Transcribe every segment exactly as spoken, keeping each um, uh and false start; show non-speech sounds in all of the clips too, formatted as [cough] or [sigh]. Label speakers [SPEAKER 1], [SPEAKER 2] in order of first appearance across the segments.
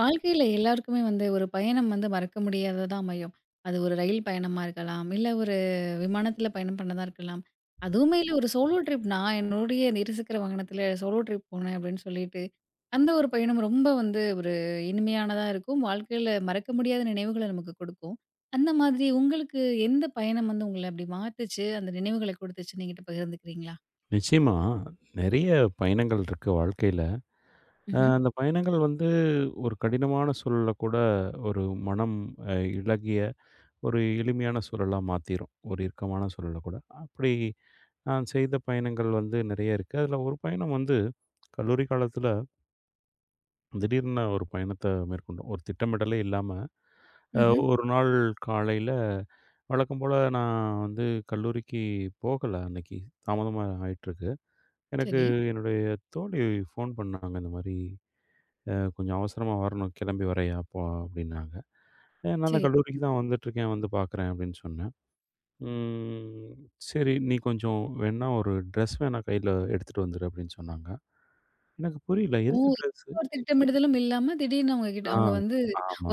[SPEAKER 1] வாழ்க்கையில எல்லாருக்குமே வந்து ஒரு பயணம் வந்து மறக்க முடியாததா அமையும். அது ஒரு ரயில் பயணமா இருக்கலாம். இல்ல ஒரு விமானத்தில பயணம் பண்ணதா இருக்கலாம். அதுவுமே இல்ல ஒரு சோலோ ட்ரிப், நான் என்னுடைய இருசக்கர வாகனத்தில சோலோ ட்ரிப் போனேன் அப்படின்னு சொல்லிட்டு, அந்த ஒரு பயணம் ரொம்ப வந்து ஒரு இனிமையானதா இருக்கும். வாழ்க்கையில மறக்க முடியாத நினைவுகள நமக்கு கொடுக்கும். அந்த மாதிரி உங்களுக்கு எந்த பயணம் வந்து உங்கள அப்படி மாத்துச்சு? அந்த நினைவுகள கொடுத்துச்சு நீங்கிட்ட பகிர்ந்துக்கிறீங்களா?
[SPEAKER 2] நிச்சயமா. நெறைய பயணங்கள் இருக்கு வாழ்க்கையில. அ
[SPEAKER 1] ம்ஹ்ம்.
[SPEAKER 2] அந்த பயணங்கள் வந்து ஒரு கடினமான சூழல்ல கூட ஒரு மனம் அ இளகிய, ஒரு எளிமையான சூழலா மாத்திரும். ஒரு இறுக்கமான சூழல கூட. அப்படி நான் செய்த பயணங்கள் வந்து நெறைய இருக்கு. அதில ஒரு பயணம் வந்து கல்லூரி காலத்தில திடீர்னு ஒரு பயணத்த மேற்கொண்டோம். ஒரு திட்டமிடலே இல்லாம, அ
[SPEAKER 1] ம்ஹ்ம்.
[SPEAKER 2] ஒரு நாள் காலையில வழக்கம் போல நான் வந்து கல்லூரிக்கு போகல அன்னைக்கு. தாமதமா ஆயிட்டுருக்கு. எனக்கு
[SPEAKER 1] சரி.
[SPEAKER 2] என்னுடைய தோழி ஃபோன் பண்ணாங்க. இந்த மாரி, "அ கொஞ்சம் அவசரமா வரணும். கிளம்பி வர்றியா அப்போ?" அப்படின்னாங்க. "அ நான் தான்
[SPEAKER 1] சரி.
[SPEAKER 2] கல்லூரிக்கு தான் வந்துட்டுருக்கேன். வந்து பார்க்குறேன்" அப்படின்னு சொன்னேன். ம். "சரி, நீ கொஞ்சம் வேணா ஒரு ட்ரெஸ் வேணா கையில எடுத்துட்டு வந்துரு" அப்படின்னு சொன்னாங்க. எனக்கு புரியல.
[SPEAKER 1] ஓ!
[SPEAKER 2] எதுக்கு ட்ரெஸ்ஸு?
[SPEAKER 1] எந்த ஒரு திட்டமிடுதலும் இல்லாம திடீர்னு அவங்க கிட்ட
[SPEAKER 2] ஆ,
[SPEAKER 1] அவங்க வந்து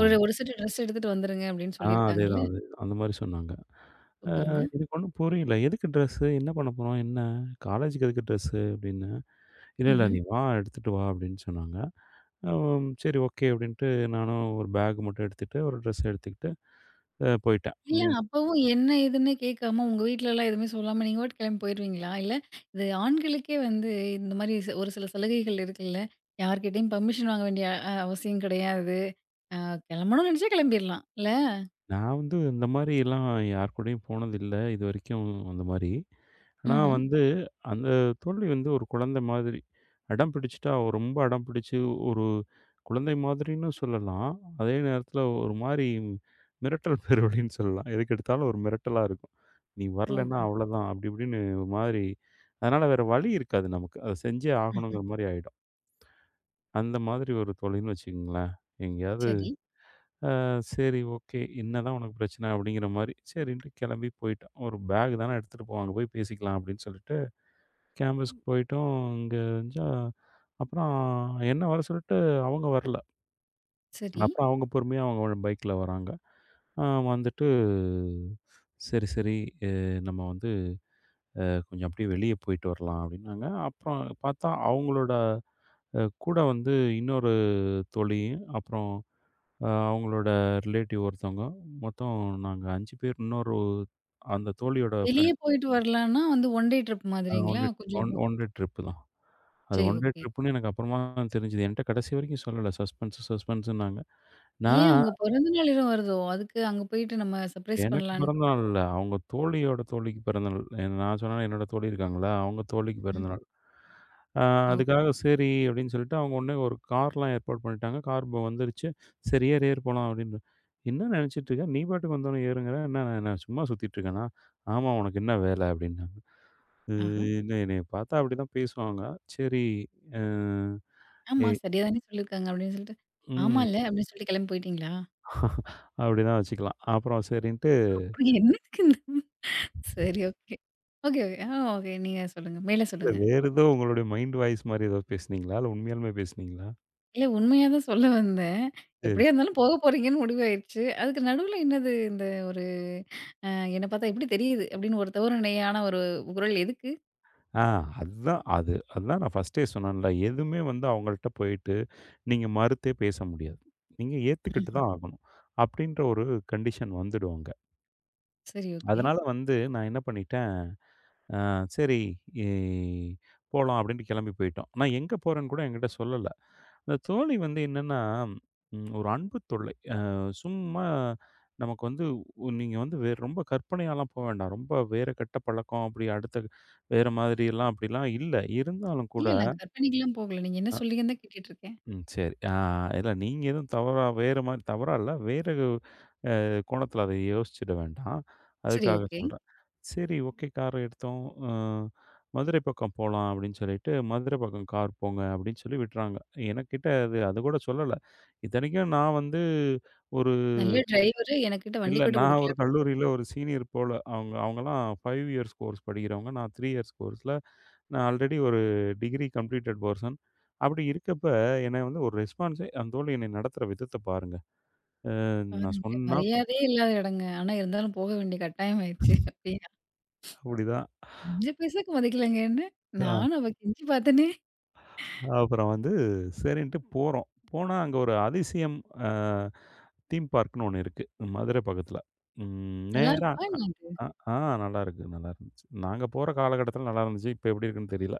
[SPEAKER 1] ஒரு ஒரு செட்டு ட்ரெஸ் எடுத்துட்டு வந்துருங்க அப்படின்னு
[SPEAKER 2] ஆ
[SPEAKER 1] சொல்லியிருக்காங்கல்ல.
[SPEAKER 2] அதேதான், அதேதான். அந்த மாரி சொன்னாங்க. அ
[SPEAKER 1] சூப்பருங்க.
[SPEAKER 2] எனக்கு ஒண்ணும் புரியல. "எதுக்கு ட்ரெஸ்ஸு? என்ன பண்ண போறோம்? என்ன? காலேஜுக்கு எதுக்கு ட்ரெஸ்ஸு?" அப்படின்னு. "இல்ல, இல்ல
[SPEAKER 1] ம்ஹ்ம்.
[SPEAKER 2] நீ வா எடுத்துட்டு வா" அப்படின்னு சொன்னாங்க. அம் சரி, ஓகே அப்படின்ட்டு நானும் ஒரு பேக் மட்டும் எடுத்துட்டு, ஒரு ட்ரெஸ் எடுத்துக்கிட்டு அ போயிட்டேன்.
[SPEAKER 1] இல்ல அப்பவும் என்ன ஏதுன்னே கேட்காம உங்க வீட்லலாம் எதுவுமே சொல்லாம நீங்க பாட்டுக்கு கிளம்பி போயிருவீங்களா? இல்ல இது ஆண்களுக்கே வந்து இந்த மாரி ச ஒரு சில சலுகைகள் இருக்குல்ல. யார்கிட்டயும் பெர்மிஷன் வாங்க வேண்டிய அ அவசியம் கிடையாது. அ கிளம்பணும்னு நினைச்சா கிளம்பிரலாம் இல்ல?
[SPEAKER 2] நான் வந்து இந்த மாரிலாம் யார் கூடயும் போனதில்ல. இதுவரைக்கும் அந்த மாரி. ஆனா ம்.
[SPEAKER 1] ம்ஹ்ம்.
[SPEAKER 2] வந்து அந்த தோழி வந்து ஒரு குழந்தை மாதிரி. அடம் பிடிச்சுட்டா, அவ ரொம்ப அடம் பிடிச்சு ஒரு குழந்தை மாதிரின்னு சொல்லலாம். அதே நேரத்தில ஒரு மாரி மிரட்டல் [laughs] பேரொழின்னு சொல்லலாம். எதுக்கெடுத்தாலும் ஒரு மிரட்டலா இருக்கும். "நீ வரலன்னா
[SPEAKER 1] ஓஹோ!
[SPEAKER 2] அவ்வளதான்" அப்படி இப்படின்னு ஒரு மாதிரி. அதனால வேற வழி இருக்காது நமக்கு. அத செஞ்சே
[SPEAKER 1] ம்ஹ்ம்.
[SPEAKER 2] ஆகணுங்கிற மாரி ஆயிடும். அந்த மாதிரி ஒரு தோழின்னு வச்சுக்கங்களேன். எங்கேயாவது
[SPEAKER 1] சரி,
[SPEAKER 2] அ சரி, ஓகே. என்னதான் உனக்கு பிரச்சனை அப்படிங்கிற மாரி, சரின்ட்டு கிளம்பி போயிட்டோம். ஒரு பேக் தானே எடுத்துட்டு போவோம். அங்க போய் பேசிக்கலாம் அப்படின்னு சொல்லிட்டு, கேம்பஸ்க்கு போயிட்டோம். அங்க இருந்துச்சா அப்புறம் என்ன வர சொல்லிட்டு அவங்க வரல.
[SPEAKER 1] சரி.
[SPEAKER 2] அப்புறம் அவங்க பொறுமையா அவங்க பைக்ல வராங்க. அ வந்துட்டு சரி, சரி, அ நம்ம வந்து அ கொஞ்சம் அப்படியே வெளிய போயிட்டு வரலாம் அப்படின்னாங்க. அப்புறம் பார்த்தா அவங்களோட அ கூட வந்து இன்னொரு தோழியும், அப்புறம் அ அவங்களோட ரிலேட்டிவ் ஒருத்தவங்க. மொத்தம் நாங்க ஐந்து பேர். இன்னொரு அந்த தோழியோட
[SPEAKER 1] வெளிய
[SPEAKER 2] ஃப்ரெண்ட்.
[SPEAKER 1] போயிட்டு வரலான்னா வந்து ஒன் டே ட்ரிப்
[SPEAKER 2] அ ஒன்
[SPEAKER 1] மாதிரிங்களா?
[SPEAKER 2] டே
[SPEAKER 1] கொஞ்சம்
[SPEAKER 2] ஒன் ஒன் டே ட்ரிப்பு தான். அது
[SPEAKER 1] சரி,
[SPEAKER 2] ஒன் டே
[SPEAKER 1] ஓகே.
[SPEAKER 2] ட்ரிப்புன்னு எனக்கு அப்புறமா தான் தெரிஞ்சுது. என்ட்ட கடைசி வரைக்கும் சொல்லல. சஸ்பென்ஸ் சஸ்பென்ஸ்ன்னாங்க.
[SPEAKER 1] ஏன்
[SPEAKER 2] நான்
[SPEAKER 1] உங்க பிறந்த நாள் வேற வருதோ! அதுக்கு அங்க போயிட்டு நம்ம சர்ப்ரைஸ்
[SPEAKER 2] எனக்கு
[SPEAKER 1] பண்ணலான்ட்டோம்.
[SPEAKER 2] பிறந்தநாள் இல்ல. அவங்க தோழியோட தோழிக்கு பிறந்தநாள். நான் சொன்னேன்ல என்னோட தோழி இருக்காங்கல்ல, அவங்க தோழிக்கு
[SPEAKER 1] ம்.
[SPEAKER 2] பிறந்தநாள். அ
[SPEAKER 1] ஓ!
[SPEAKER 2] அதுக்காக சரி அப்படின்னு சொல்லிட்டு, அவங்க உடனே ஒரு கார்லாம் ஏற்பாடு பண்ணிட்டாங்க. கார் இப்ப வந்துருச்சு. "சரி ஏறு, ஏறு போலாம்" அப்படின்னு. என்ன நினைச்சிட்டு இருக்க? நீ பாட்டுக்கு வந்தோனே ஏறுங்கிற. என்ன நான் நான் சும்மா சுத்திட்டு இருக்கேனா? "ஆமா, உனக்கு என்ன வேலை?" அப்படின்னாங்க. அ
[SPEAKER 1] ஆஹா.
[SPEAKER 2] என்ன என்னைய பார்த்தா அப்படிதான் பேசுவாங்க. சரி, அ
[SPEAKER 1] ஆமா.
[SPEAKER 2] ஏய்,
[SPEAKER 1] சரியா தானே சொல்லியிருக்காங்க அப்படின்னு சொல்லிட்டு,
[SPEAKER 2] ம்.
[SPEAKER 1] ஆமால்ல அப்படின்னு சொல்லிட்டு கிளம்பி போயிட்டீங்களா?
[SPEAKER 2] அப்படிதான் வச்சுக்கலாம். அப்புறம் சரின்ட்டு,
[SPEAKER 1] அப்புறம் என்னத்துக்கு இந்த [laughs] சரி, ஓகே. Okay, okay. ஆ, ஓகே. நீங்க சொல்லுங்க. மேல
[SPEAKER 2] இல்ல
[SPEAKER 1] சொல்லுங்க.
[SPEAKER 2] வேற ஏதோ உங்களுடைய மைண்ட் வாய்ஸ் மாரி ஏதோ பேசுனீங்களா? இல்ல உண்மையாலுமே பேசுனீங்களா?
[SPEAKER 1] இல்ல உண்மையா தான் சொல்ல வந்தேன்.
[SPEAKER 2] சரி.
[SPEAKER 1] எப்படியா இருந்தாலும் போக போறீங்கன்னு முடிவாயிருச்சு. அதுக்கு நடுவுல என்னது இந்த ஒரு அ என்ன பார்த்தா எப்படி தெரியுது? அப்படின்னு ஒரு தவறுநிலையான ஒரு குரல் எதுக்கு?
[SPEAKER 2] ஆ அதுதான் அது. அதான் நான் ஃபர்ஸ்ட்டே சொன்னேன்ல. எதுவுமே வந்து அவங்கள்ட்ட போயிட்டு நீங்க மறுத்தே பேச முடியாது. நீங்க ஏத்துக்கிட்டு
[SPEAKER 1] ம்ஹ்ம்.
[SPEAKER 2] தான் ஆகணும். அப்டின்ற ஒரு கண்டிஷன் வந்துடும் அங்க.
[SPEAKER 1] சரி, ஓகே.
[SPEAKER 2] அதனால வந்து நான் என்ன பண்ணிட்டேன், அ சரி இ போலாம் அப்டின்ட்டு கிளம்பி போயிட்டோம். நான் எங்க போறேன்னு கூட என்கிட்ட சொல்லல. அந்த தோழி வந்து என்னன்னா, ம் ஒரு அன்பு தொல்லை. அ சும்மா நமக்கு வந்து நீங்க வந்து வே ரொம்ப கற்பனையாலாம் போ வேண்டாம். ரொம்ப வேற கெட்ட பழக்கம் அப்டி அடுத்த வேற மாதிரியெல்லாம் அப்டிலாம் இல்ல. இருந்தாலும் கூட
[SPEAKER 1] இல்ல நான் கற்பனைக்குலாம் போகல. நீங்க என்ன சொல்றீங்கன்னு தான் கேட்டுட்டு இருக்கேன்.
[SPEAKER 2] ம். சரி. ஆ இல்ல நீங்க எதுவும் தவறா வேற மாரி தவறா இல்ல. வேற அ கோணத்துல அத யோசிச்சுட வேண்டாம்.
[SPEAKER 1] சரி,
[SPEAKER 2] அதுக்காக
[SPEAKER 1] ஓகே.
[SPEAKER 2] சொல்றேன். சரி, ஓகே, கார் எடுத்தோம். அ மதுரை பக்கம் போலாம் அப்டின்னு சொல்லிட்டு, மதுரை பக்கம் கார் போங்க அப்டின்னு சொல்லி விட்றாங்க. எனக்கிட்ட அது அது கூட சொல்லல. இத்தனைக்கும் நான் வந்து ஒரு
[SPEAKER 1] நல்ல டிரைவரு எனக்கிட்ட வண்டி
[SPEAKER 2] இல்ல
[SPEAKER 1] கூட
[SPEAKER 2] நான்
[SPEAKER 1] குடுக்கல.
[SPEAKER 2] ஒரு கல்லூரியில ஒரு சீனியர் போல. அவங்க அவங்கலாம் ஐந்து இயர்ஸ் கோர்ஸ் படிக்கிறவங்க. நான் மூன்று இயர்ஸ் கோர்ஸ்ல நான் ஆல்ரெடி ஒரு டிகிரி கம்ப்ளீட்டட் பெர்சன். அப்படி இருக்கப்ப, என்னை வந்து ஒரு ரெஸ்பான்ஸே அந்த தோழி என்னை நடத்துற விதத்த பாருங்க. அ நான்
[SPEAKER 1] பாருங்களேன்!
[SPEAKER 2] சொன்னா
[SPEAKER 1] மரியாதையே இல்லாத இடங்க. ஆனா இருந்தாலும் போக வேண்டிய கட்டாயம் ஆயிருச்சு. அப்டியா?
[SPEAKER 2] அப்படிதான்.
[SPEAKER 1] ஐந்து பைசாக்கு மதிக்கலங்கன்னு,
[SPEAKER 2] அ
[SPEAKER 1] நானும் அவ கெஞ்சி பார்த்தனே!
[SPEAKER 2] அப்புறம் வந்து சரின்ட்டு போறோம். போனா அங்க ஒரு அதிசயம் அ தீம் பார்க்ன்னு ஒண்ணு இருக்கு. மதுரை பக்கத்துல. ம்
[SPEAKER 1] நல்லா
[SPEAKER 2] நேரா
[SPEAKER 1] இருக்குமா என்ன அது?
[SPEAKER 2] அ ஆ நல்லாருக்கு, நல்லா இருந்துச்சு. நாங்க போற காலகட்டத்துல நல்லா இருந்துச்சு. இப்ப எப்படி இருக்குன்னு தெரியல.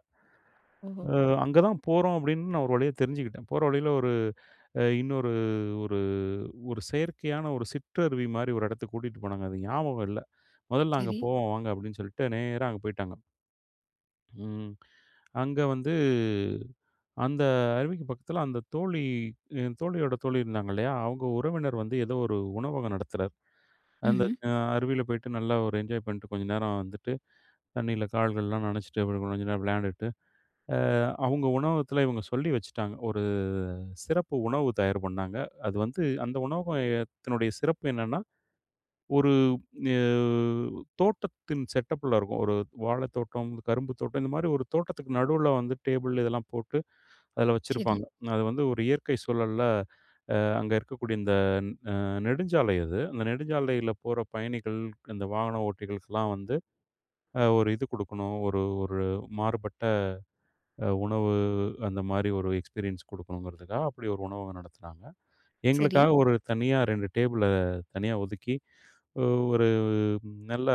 [SPEAKER 1] ஓஹோ!
[SPEAKER 2] அ அங்க தான் போறோம் அப்படின்னு நான் ஒரு வழியா தெரிஞ்சுக்கிட்டேன். போற வழியில ஒரு அ இன்னொரு ஒரு ஒரு செயற்கையான ஒரு சிற்றருவி மாரி ஒரு இடத்துக்கு கூட்டிட்டு போனாங்க. அது ஞாபகம் இல்ல. "முதல்ல அங்க
[SPEAKER 1] சரி.
[SPEAKER 2] போவோம் வாங்க" அப்படின்னு சொல்லிட்டு நேரா அங்க போயிட்டாங்க. ம். அங்க வந்து அந்த அருவிக்கு பக்கத்துல அந்த தோழி என் தோழியோட தோழி இருந்தாங்க இல்லையா? அவங்க உறவினர் வந்து ஏதோ ஒரு உணவகம் நடத்துறார். அந்த
[SPEAKER 1] ம்ஹ்ம்.
[SPEAKER 2] அ அருவியில போயிட்டு நல்லா ஒரு என்ஜாய் பண்ணிட்டு கொஞ்ச நேரம் வந்துட்டு, தண்ணீல கால்கள்லாம் நனைச்சுட்டு, அப்புறம் கொஞ்ச நேரம் விளையாண்டுட்டு அ அவங்க உணவகத்துல இவங்க சொல்லி வச்சுட்டாங்க. ஒரு சிறப்பு உணவு தயார் பண்ணாங்க. அது வந்து அந்த உணவகத்தினுடைய சிறப்பு என்னன்னா, ஒரு அ தோட்டத்தின் செட்டப்ல இருக்கும். ஒரு வாழைத்தோட்டம், கரும்பு தோட்டம் இந்த மாரி ஒரு தோட்டத்துக்கு நடுவுல வந்து டேபிள் இதெல்லாம் போட்டு அதில
[SPEAKER 1] சரி,
[SPEAKER 2] வச்சிருப்பாங்க. அது வந்து ஒரு இயற்கை சூழல்ல அங்க இருக்கக்கூடிய இந்த அ நெடுஞ்சாலை அது. அந்த நெடுஞ்சாலையில போற பயணிகள், இந்த வாகன ஓட்டிகளுக்கெல்லாம் வந்து அ ஒரு இது குடுக்கணும். ஒரு ஒரு மாறுபட்ட அ உணவு அந்த மாரி ஒரு எக்ஸ்பீரியன்ஸ் குடுக்கணுங்கிறதுக்காக, அப்படி ஒரு உணவகம் நடத்துனாங்க.
[SPEAKER 1] சரி.
[SPEAKER 2] எங்களுக்காக ஒரு தனியா ரெண்டு டேபிள தனியா ஒதுக்கி, ஒ ஒரு நல்ல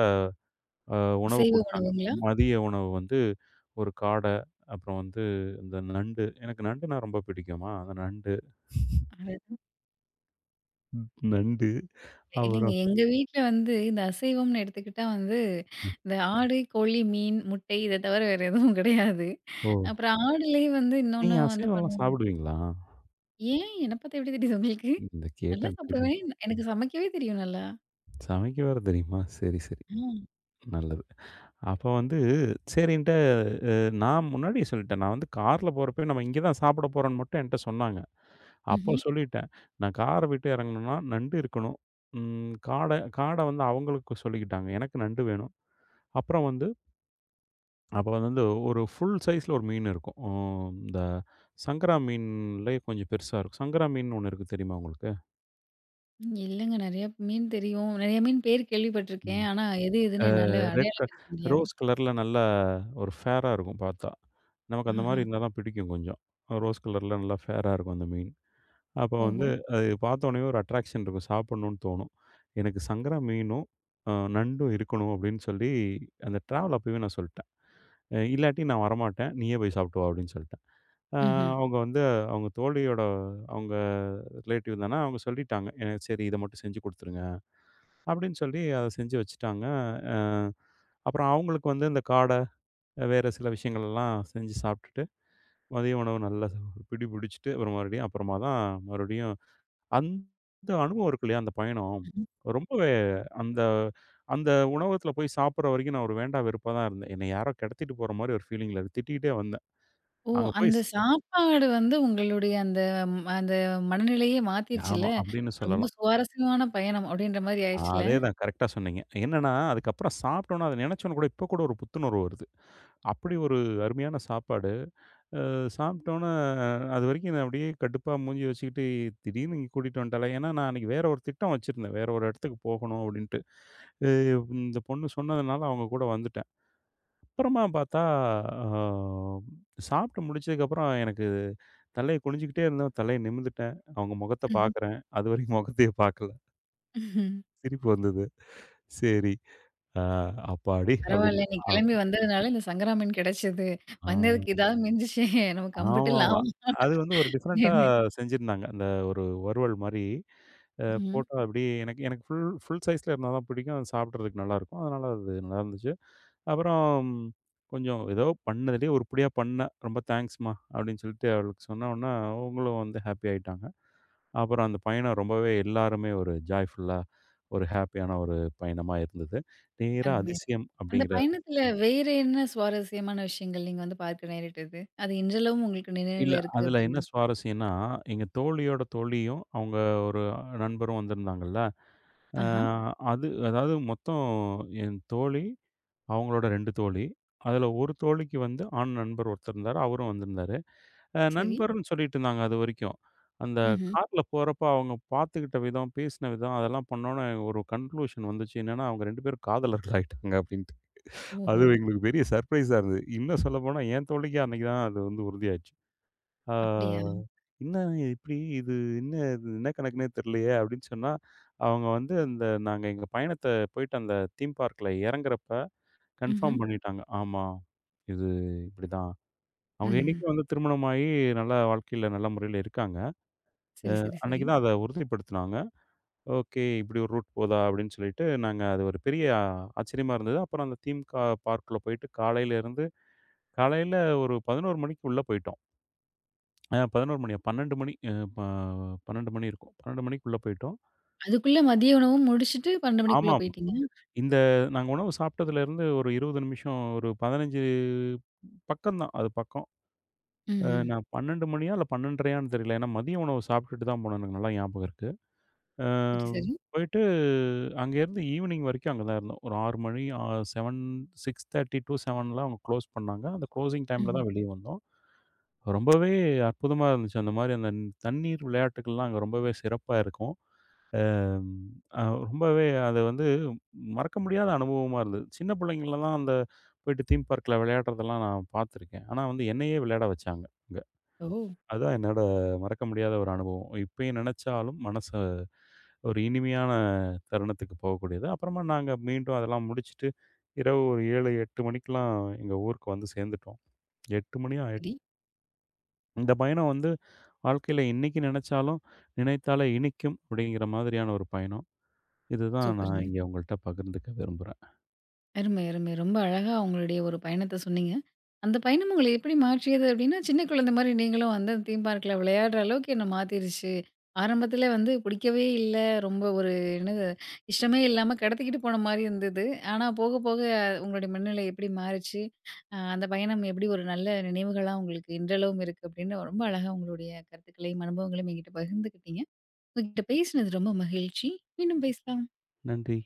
[SPEAKER 2] அ உணவு
[SPEAKER 1] அசைவ
[SPEAKER 2] குடுத்தாங்க.
[SPEAKER 1] உணவுங்களா?
[SPEAKER 2] மதிய உணவு வந்து ஒரு காட, அப்புறம் வந்து இந்த நண்டு. எனக்கு நண்டுனா ரொம்ப பிடிக்குமா, அந்த நண்டு,
[SPEAKER 1] அடடா!
[SPEAKER 2] ம், நண்டு,
[SPEAKER 1] இல்லைங்க
[SPEAKER 2] அப்புறம்
[SPEAKER 1] எங்க வீட்ல வந்து இந்த அசைவம்னு எடுத்துக்கிட்டா வந்து, இந்த ஆடு, கோழி, மீன், முட்டை இத தவிர வேற எதுவும் கிடையாது.
[SPEAKER 2] ஓ!
[SPEAKER 1] அப்புறம் ஆடுலயே வந்து இன்னொன்னு
[SPEAKER 2] நீங்க
[SPEAKER 1] வந்து
[SPEAKER 2] அசைவம்லாம் சாப்பிடுவீங்களா?
[SPEAKER 1] ஏன்? என்ன பாத்தா எப்படி தெரியுது உங்களுக்கு?
[SPEAKER 2] இந்த
[SPEAKER 1] நல்லா
[SPEAKER 2] கேட்டேன் தெரியு
[SPEAKER 1] சாப்பிடுவேன். எனக்கு சமைக்கவே தெரியும் நல்லா.
[SPEAKER 2] சமைக்க வேற தெரியுமா? சரி, சரி.
[SPEAKER 1] ஆ.
[SPEAKER 2] நல்லது. அப்ப வந்து சரின்ட்டு அ நான் முன்னாடியே சொல்லிட்டேன். நான் வந்து கார்ல போறப்பயே நம்ம இங்க தான் சாப்பிட போறோம்ன்னு மட்டும் என்ட்ட சொன்னாங்க. அப்போ
[SPEAKER 1] ம்ஹ்ம்.
[SPEAKER 2] சொல்லிட்டேன். நான் கார விட்டு இறங்கணும்னா நண்டு இருக்கணும். ம் காட, காட வந்து அவங்களுக்கு சொல்லிக்கிட்டாங்க. எனக்கு நண்டு வேணும். அப்புறம் வந்து அப்ப வந்து ஒரு ஃபுல் சைஸ்ல ஒரு மீன் இருக்கும். அ இந்த சங்கரா மீன்லயே கொஞ்சம் பெருசா இருக்கும். சங்கரா மீன் ஒண்ணு இருக்கு தெரியுமா உங்களுக்கு?
[SPEAKER 1] ம். இல்லங்க. நெறைய மீன் தெரியும். நெறைய மீன் பேர் கேள்விப்பட்டுருக்கேன்.
[SPEAKER 2] ம்.
[SPEAKER 1] ஆனா எது
[SPEAKER 2] அ
[SPEAKER 1] எதுன்னு என்னால
[SPEAKER 2] ரெட் க
[SPEAKER 1] அடையாளம் பிரிக்க முடியாது.
[SPEAKER 2] ரோஸ் கலர்ல நல்லா ஒரு ஃபேரா இருக்கும் பார்த்தா. நமக்கு அந்த
[SPEAKER 1] ஆஹா.
[SPEAKER 2] மாரி இருந்தா தான் பிடிக்கும் கொஞ்சம். ரோஸ் கலர்ல நல்லா ஃபேரா இருக்கும் அந்த மீன். அப்போ வந்து
[SPEAKER 1] ஓஹோ!
[SPEAKER 2] அது பார்த்தோனேயே ஒரு அட்ராக்ஷன் இருக்கும். சாப்பிடணும்னு தோணும். எனக்கு சங்கரா மீனும், அ நண்டும் இருக்கணும் அப்படின்னு சொல்லி அந்த டிராவல் அப்பவே நான் சொல்லிட்டேன். "அ இல்லாட்டி நான் வரமாட்டேன். நீயே போய் சாப்பிட்டு வா" அப்படின்னு சொல்லிட்டேன். அ
[SPEAKER 1] ம்ஹ்ம்.
[SPEAKER 2] அவங்க வந்து அவங்க தோழியோட அவங்க ரிலேட்டிவ் தான அவங்க சொல்லிட்டாங்க. "எனக்கு சரி இத மட்டும் செஞ்சு குடுத்துருங்க." அப்படின்னு சொல்லி அத செஞ்சு வச்சுட்டாங்க. அ அப்புறம் அவங்களுக்கு வந்து இந்த காட, வேற சில விஷயங்கள் எல்லாம் செஞ்சு சாப்பிட்டுட்டு, மதிய உணவு நல்லா சாப்~ பிடி பிடிச்சுட்டு, அப்புறம் மறுபடியும் அப்புறமா தான் மறுபடியும் அந்த அனுபவம் இருக்கு இல்லையா? அந்த பயணம். ரொம்பவே அந்த அந்த உணவகத்தில போய் சாப்பிடுற வரைக்கும் நான் ஒரு வேண்டா வெறுப்பா தான் இருந்தேன். என்னை யாரோ கெடத்திட்டு போற மாரி ஒரு ஃபீலிங்கில திட்டிக்கிட்டே வந்தேன்.
[SPEAKER 1] ஓ!
[SPEAKER 2] அங்க போய்
[SPEAKER 1] அந்த
[SPEAKER 2] ஸ்
[SPEAKER 1] சாப்பாடு வந்து உங்களுடைய அந்த ம் அந்த மனநிலையே மாத்திருச்சுல்ல.
[SPEAKER 2] ஆமா அப்படின்னு
[SPEAKER 1] ரொம்ப
[SPEAKER 2] சொல்லலாம்.
[SPEAKER 1] சுவாரஸ்யமான பயணம் அப்படின்ற மாரி ஆயிடுச்சுல்ல.
[SPEAKER 2] அதேதான் கரெக்ட்டா சொன்னீங்க. என்னன்னா, அதுக்கப்புறம் சாப்பிட்டோம்னா, அத நினைச்சோன கூட இப்ப கூட ஒரு புத்துணர்வு வருது. அப்படி ஒரு அருமையான சாப்பாடு. அ சாப்பிட்டோன்னே அதுவரைக்கும் நான் அப்படியே கடுப்பா மூஞ்சிய வச்சுக்கிட்டு, திடீர்னு இங்க கூட்டிட்டு வந்துட்டாளே! ஏன்னா, நான் அன்னைக்கு வேற ஒரு திட்டம் வச்சிருந்தேன். வேற ஒரு இடத்துக்கு போகணும் அப்படின்ட்டு. அ இந்த பொண்ணு சொன்னதுனால அவங்க கூட வந்துட்டேன். அப்புறமா பார்த்தா, அ சாப்பிட்டு முடிச்சதுக்கப்புறம் எனக்கு தலைய குனிஞ்சுக்கிட்டே இருந்தேன். தலைய நிமிர்ந்துட்டேன். அவங்க முகத்த
[SPEAKER 1] ம்ஹ்ம்.
[SPEAKER 2] பார்க்குறேன். அதுவரைக்கும் முகத்தையே பார்க்கல.
[SPEAKER 1] ம்ஹ்ம்.
[SPEAKER 2] சிரிப்பு வந்தது. சரி. அ அப்பாடி!
[SPEAKER 1] பரவால்ல.
[SPEAKER 2] அப்படின்னு.
[SPEAKER 1] நீ கிளம்பி வந்ததுனால இந்த சங்கரா மீன் கிடைச்சது.
[SPEAKER 2] ஆ.
[SPEAKER 1] வந்ததுக்கு இதாவது மிஞ்சுச்சே நமக்கு அம்புட்டு
[SPEAKER 2] ஆமாமா.
[SPEAKER 1] லாபம்
[SPEAKER 2] அது வந்து ஒரு டிஃபரெண்ட்டா
[SPEAKER 1] அப்படின்னு.
[SPEAKER 2] செஞ்சிருந்தாங்க. அந்த ஒரு வறுவல் மாரி அ
[SPEAKER 1] ம்.
[SPEAKER 2] போட்டா அப்படியே எனக்கு எனக்கு ஃபுல் ஃபுல் சைஸ்ல இருந்தா தான் பிடிக்கும். அது சாப்பிடுறதுக்கு நல்லாயிருக்கும். அதனால அது நல்லாருந்துச்சு. அப்புறம் கொஞ்சம் ஏதோ பண்ணதுலயே உருப்படியா பண்ணேன். "ரொம்ப தேங்க்ஸ்மா" அப்படின்னு சொல்லிட்டு அவளுக்கு சொன்னவுனே, அவங்களும் வந்து ஹாப்பி ஆயிட்டாங்க. அப்புறம் அந்த பயணம் ரொம்பவே எல்லாருமே ஒரு ஜாய்ஃபுல்லா, ஒரு ஹாப்பியான ஒரு பயணமா இருந்தது. நேரா
[SPEAKER 1] அருமைதான்.
[SPEAKER 2] அதிசயம்
[SPEAKER 1] அந்த
[SPEAKER 2] அப்படிங்கிற
[SPEAKER 1] பயணத்துல வேற என்ன சுவாரஸ்யமான விஷயங்கள் நீங்க வந்து பார்க்க நேரிட்டது? அது இன்றளவும் உங்களுக்கு
[SPEAKER 2] இல்ல.
[SPEAKER 1] நினைவுல இருக்கு
[SPEAKER 2] அதுல என்ன
[SPEAKER 1] அப்டின்னா?
[SPEAKER 2] சுவாரஸ்யம்ன்னா, எங்க தோழியோட தோழியும், அவங்க ஒரு நண்பரும் வந்திருந்தாங்கல்ல. அ
[SPEAKER 1] ஆஹா,
[SPEAKER 2] ம். அது அதாவது மொத்தம் என் தோழி, அவங்களோட ரெண்டு தோழி. அதுல ஒரு தோழிக்கு வந்து ஆண் நண்பர் ஒருத்தர் இருந்தாரு. அவரும் வந்திருந்தாரு. அ ம்.
[SPEAKER 1] சரி.
[SPEAKER 2] நண்பர்ன்னு சொல்லிட்டு இருந்தாங்க அதுவரைக்கும். அந்த
[SPEAKER 1] ம்ஹ்ம்.
[SPEAKER 2] கார்ல போறப்ப அவங்க பார்த்துக்கிட்ட விதம், பேசின விதம் அதெல்லாம் பண்ணோன்னே ஒரு கன்க்ளூஷன் வந்துச்சு. என்னன்னா, அவங்க ரெண்டு பேரும் காதலர்கள் ஆயிட்டாங்க அப்படின்ட்டு. அது
[SPEAKER 1] ஓஹோ!
[SPEAKER 2] எங்களுக்கு பெரிய சர்ப்ரைஸா இருந்தது. இன்னும் சொல்லப்போனா என் தோழிக்கு அன்னைக்கு தான் அது வந்து உறுதியாச்சு.
[SPEAKER 1] அப்டியா?
[SPEAKER 2] ஆ "என்ன இப்படி இது என்ன இது என்ன கணக்குன்னே தெரியலையே!" அப்படின்னு சொன்னா, அவங்க வந்து அந்த நாங்க எங்க பயணத்த போயிட்டு அந்த தீம் பார்க்ல இறங்குறப்ப கன்ஃபார்ம்
[SPEAKER 1] ம்ஹ்ம்.
[SPEAKER 2] ம். பண்ணிட்டாங்க. ஆமா, இது இப்படிதான். அவங்க
[SPEAKER 1] ம்ஹ்ம்.
[SPEAKER 2] இன்னைக்கும் வந்து திருமணமாகி நல்லா வாழ்க்கையில நல்ல முறையில இருக்காங்க.
[SPEAKER 1] சரி, சரி, சரி.
[SPEAKER 2] அன்னைக்கு தான் அத உறுதிப்படுத்துனாங்க. "ஓகே, இப்படி ஒரு ரூட் போதா?" அப்படின்னு சொல்லிட்டு நாங்க அது ஒரு பெரிய ஆச்சரியமா இருந்தது. அப்புறம் அந்த தீம் கா பார்க்குள்ள போயிட்டு காலையில இருந்து காலையில ஒரு பதினொன்று மணிக்கு உள்ள போயிட்டோம். ஆ பதினொன்று மணியா? பன்னிரண்டு மணி அ ப பன்னிரண்டு மணி இருக்கும். பன்னிரண்டு மணிக்குள்ள போயிட்டோம்.
[SPEAKER 1] அதுக்குள்ள மதிய உணவும் முடிச்சுட்டு பன்னிரண்டு மணிக்குள்ள
[SPEAKER 2] ஆமாமா.
[SPEAKER 1] போயிட்டீங்க.
[SPEAKER 2] இந்த நாங்க உணவு சாப்பிட்டதுலேருந்து ஒரு இருபது நிமிஷம், ஒரு பதினைந்து பக்கம் தான். அது பக்கம். அ
[SPEAKER 1] ம்ஹ்ம்.
[SPEAKER 2] நான் பன்னிரண்டு மணியா இல்ல 12:30யான்னு தெரியல. ஏன்னா மதிய உணவு சாப்பிட்டுட்டு தான் போனேன். எனக்கு நல்லா ஞாபகம் இருக்கு. அ
[SPEAKER 1] சரி, சரி.
[SPEAKER 2] போயிட்டு அங்கேருந்து ஈவினிங் வரைக்கும் அங்க தான் இருந்தோம். ஒரு ஆறு மணி அ ஏழு ஆறு முப்பது டூ ஏழு அவங்க க்ளோஸ் பண்ணாங்க. அந்த க்ளோசிங் டைம்ல
[SPEAKER 1] ம்ஹ்ம்.
[SPEAKER 2] தான் வெளிய வந்தோம். ரொம்பவே அற்புதமா இருந்துச்சு. அந்த மாரி அந்த தண்ணீர் விளையாட்டுக்கள்லாம் அங்க ரொம்பவே சிறப்பா இருக்கும். அ ரொம்பவே அது வந்து மறக்க முடியாத அனுபவமா இருந்தது. சின்ன பிள்ளைங்களலாம் அந்த போயிட்டு தீம் பார்க்ல விளையாடுறதெல்லாம் நான் பார்த்துருக்கேன். ஆனா வந்து என்னையே விளையாட வச்சாங்க அங்க.
[SPEAKER 1] ஓ!
[SPEAKER 2] அதான் என்னோட மறக்க முடியாத ஒரு அனுபவம். இப்பயும் நினைச்சாலும் மனச ஒரு இனிமையான தருணத்துக்கு போகக்கூடியது. அப்புறமா நாங்க மீண்டும் அதெல்லாம் முடிச்சுட்டு இரவு ஒரு ஏழு, எட்டு மணிக்கெல்லாம் எங்க ஊருக்கு வந்து சேர்ந்துட்டோம். எட்டு மணியா எட்
[SPEAKER 1] சரி.
[SPEAKER 2] இந்த பயணம் வந்து வாழ்க்கையில இன்னைக்கு நினைச்சாலும் நினைத்தாலே இனிக்கும் அப்படிங்கிற மாதிரியான ஒரு பயணம். இதுதான் நான்
[SPEAKER 1] சூப்பருங்க.
[SPEAKER 2] இங்க உங்கள்ட்ட பகிர்ந்துக்க விரும்புறேன்.
[SPEAKER 1] அருமை, அருமை. ரொம்ப அழகா உங்களுடைய ஒரு பயணத்த சொன்னீங்க. அந்த பயணம் உங்கள எப்படி மாற்றியது அப்படின்னா, சின்ன குழந்தை மாரி நீங்களும் வந்து தீம் பார்க்ல விளையாடுற அளவுக்கு என்ன மாத்திருச்சு. ஆரம்பத்தில வந்து பிடிக்கவே இல்ல. ரொம்ப ஒரு என்னது இஷ்டமே இல்லாம கடத்திக்கிட்டு போன மாரி இருந்தது. ஆனா போக போக உங்களுடைய மனநிலை எப்படி மாறுச்சு, அ அந்த பயணம் எப்படி ஒரு நல்ல நினைவுகளா உங்களுக்கு இன்றளவும் இருக்கு அப்படின்னு ரொம்ப அழகா உங்களுடைய கருத்துக்களையும், அனுபவங்களையும் என்கிட்ட பகிர்ந்துக்கிட்டீங்க. உங்ககிட்ட பேசினது ரொம்ப மகிழ்ச்சி. மீண்டும் பேசலாம்.
[SPEAKER 2] நன்றி.